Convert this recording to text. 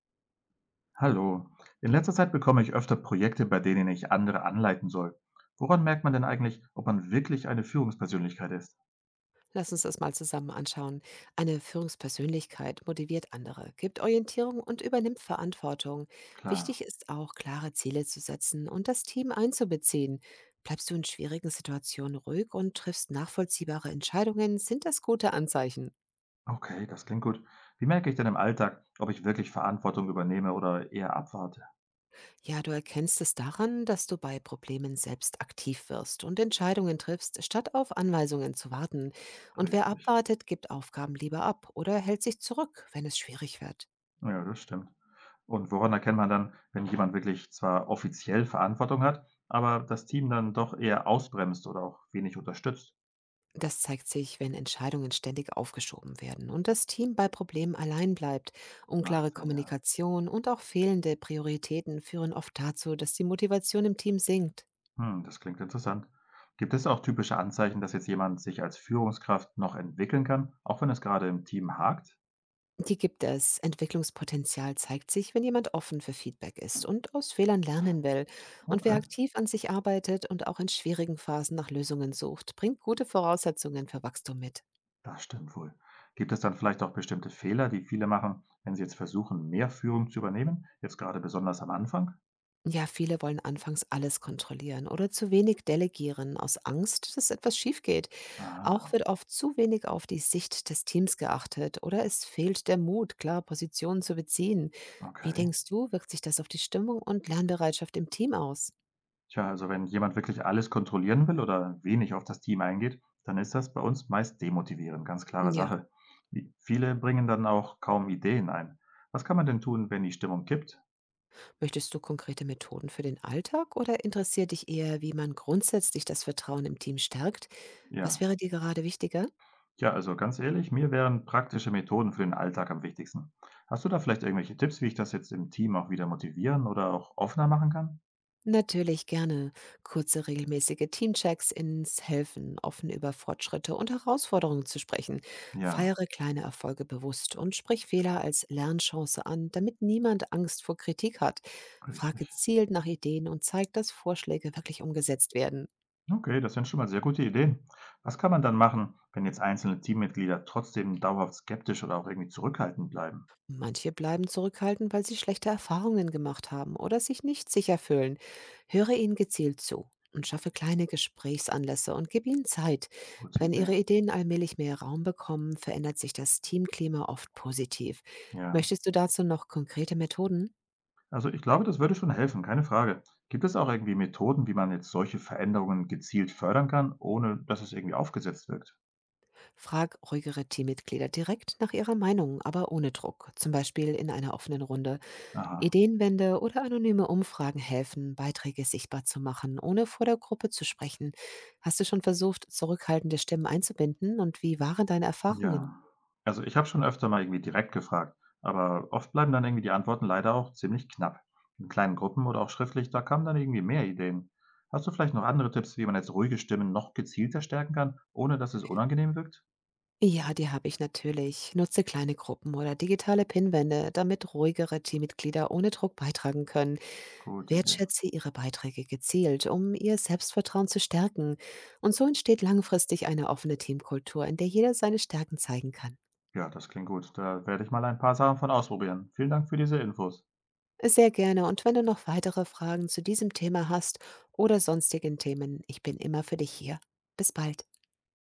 Hallo. In letzter Zeit bekomme ich öfter Projekte, bei denen ich andere anleiten soll. Woran merkt man denn eigentlich, ob man wirklich eine Führungspersönlichkeit ist? Lass uns das mal zusammen anschauen. Eine Führungspersönlichkeit motiviert andere, gibt Orientierung und übernimmt Verantwortung. Klar. Wichtig ist auch, klare Ziele zu setzen und das Team einzubeziehen. Bleibst du in schwierigen Situationen ruhig und triffst nachvollziehbare Entscheidungen, sind das gute Anzeichen. Okay, das klingt gut. Wie merke ich denn im Alltag, ob ich wirklich Verantwortung übernehme oder eher abwarte? Ja, du erkennst es daran, dass du bei Problemen selbst aktiv wirst und Entscheidungen triffst, statt auf Anweisungen zu warten. Und wer Richtig. abwartet, gibt Aufgaben lieber ab oder hält sich zurück, wenn es schwierig wird. Ja, das stimmt. Und woran erkennt man dann, wenn jemand wirklich zwar offiziell Verantwortung hat, aber das Team dann doch eher ausbremst oder auch wenig unterstützt? Das zeigt sich, wenn Entscheidungen ständig aufgeschoben werden und das Team bei Problemen allein bleibt. Macht Unklare ja. Kommunikation und auch fehlende Prioritäten führen oft dazu, dass die Motivation im Team sinkt. Hm, das klingt interessant. Gibt es auch typische Anzeichen, dass jetzt jemand sich als Führungskraft noch entwickeln kann, auch wenn es gerade im Team hakt? Die gibt es. Entwicklungspotenzial zeigt sich, wenn jemand offen für Feedback ist und aus Fehlern lernen will. Und wer Okay, aktiv an sich arbeitet und auch in schwierigen Phasen nach Lösungen sucht, bringt gute Voraussetzungen für Wachstum mit. das stimmt wohl. Gibt es dann vielleicht auch bestimmte Fehler, die viele machen, wenn sie jetzt versuchen, mehr Führung zu übernehmen, jetzt gerade besonders am Anfang? Ja, viele wollen anfangs alles kontrollieren oder zu wenig delegieren aus Angst, dass etwas schief geht. Auch Ah, wird oft zu wenig auf die Sicht des Teams geachtet oder es fehlt der Mut, klar Positionen zu beziehen. Wie okay. denkst du, wirkt sich das auf die Stimmung und Lernbereitschaft im Team aus? Tja, also wenn jemand wirklich alles kontrollieren will oder wenig auf das Team eingeht, dann ist das bei uns meist demotivierend, ganz klare Ja, Sache. Viele bringen dann auch kaum Ideen ein. Was kann man denn tun, wenn die Stimmung kippt? möchtest du konkrete Methoden für den Alltag oder interessiert dich eher, wie man grundsätzlich das Vertrauen im Team stärkt? Was Ja, wäre dir gerade wichtiger? Ja, also ganz ehrlich, mir wären praktische Methoden für den Alltag am wichtigsten. Hast du da vielleicht irgendwelche Tipps, wie ich das jetzt im Team auch wieder motivieren oder auch offener machen kann? Natürlich gerne. Kurze regelmäßige Teamchecks ins Helfen, offen über Fortschritte und Herausforderungen zu sprechen. Ja, Feiere kleine Erfolge bewusst und sprich Fehler als Lernchance an, damit niemand Angst vor Kritik hat. Frage richtig. gezielt nach Ideen und zeig, dass Vorschläge wirklich umgesetzt werden. Okay, das sind schon mal sehr gute Ideen. Was kann man dann machen, wenn jetzt einzelne Teammitglieder trotzdem dauerhaft skeptisch oder auch irgendwie zurückhaltend bleiben? Manche bleiben zurückhaltend, weil sie schlechte Erfahrungen gemacht haben oder sich nicht sicher fühlen. Höre ihnen gezielt zu und schaffe kleine Gesprächsanlässe und gib ihnen Zeit. Gute Wenn Idee. ihre Ideen allmählich mehr Raum bekommen, verändert sich das Teamklima oft positiv. Ja. Möchtest du dazu noch konkrete Methoden? Also ich glaube, das würde schon helfen, keine Frage. Gibt es auch irgendwie Methoden, wie man jetzt solche Veränderungen gezielt fördern kann, ohne dass es irgendwie aufgesetzt wirkt? Frag ruhigere Teammitglieder direkt nach ihrer Meinung, aber ohne Druck, zum Beispiel in einer offenen Runde. Aha. Ideenwände oder anonyme Umfragen helfen, Beiträge sichtbar zu machen, ohne vor der Gruppe zu sprechen. Hast du schon versucht, zurückhaltende Stimmen einzubinden und wie waren deine Erfahrungen? Ja. Also, ich habe schon öfter mal irgendwie direkt gefragt, aber oft bleiben dann irgendwie die Antworten leider auch ziemlich knapp. In kleinen Gruppen oder auch schriftlich, da kamen dann irgendwie mehr Ideen. Hast du vielleicht noch andere Tipps, wie man jetzt ruhige Stimmen noch gezielter stärken kann, ohne dass es unangenehm wirkt? Ja, die habe ich natürlich. Nutze kleine Gruppen oder digitale Pinwände, damit ruhigere Teammitglieder ohne Druck beitragen können. Gute Idee. Wertschätze ihre Beiträge gezielt, um ihr Selbstvertrauen zu stärken. Und so entsteht langfristig eine offene Teamkultur, in der jeder seine Stärken zeigen kann. Ja, das klingt gut. Da werde ich mal ein paar Sachen von ausprobieren. Vielen Dank für diese Infos. Sehr gerne. Und wenn du noch weitere Fragen zu diesem Thema hast oder sonstigen Themen, ich bin immer für dich hier. Bis bald.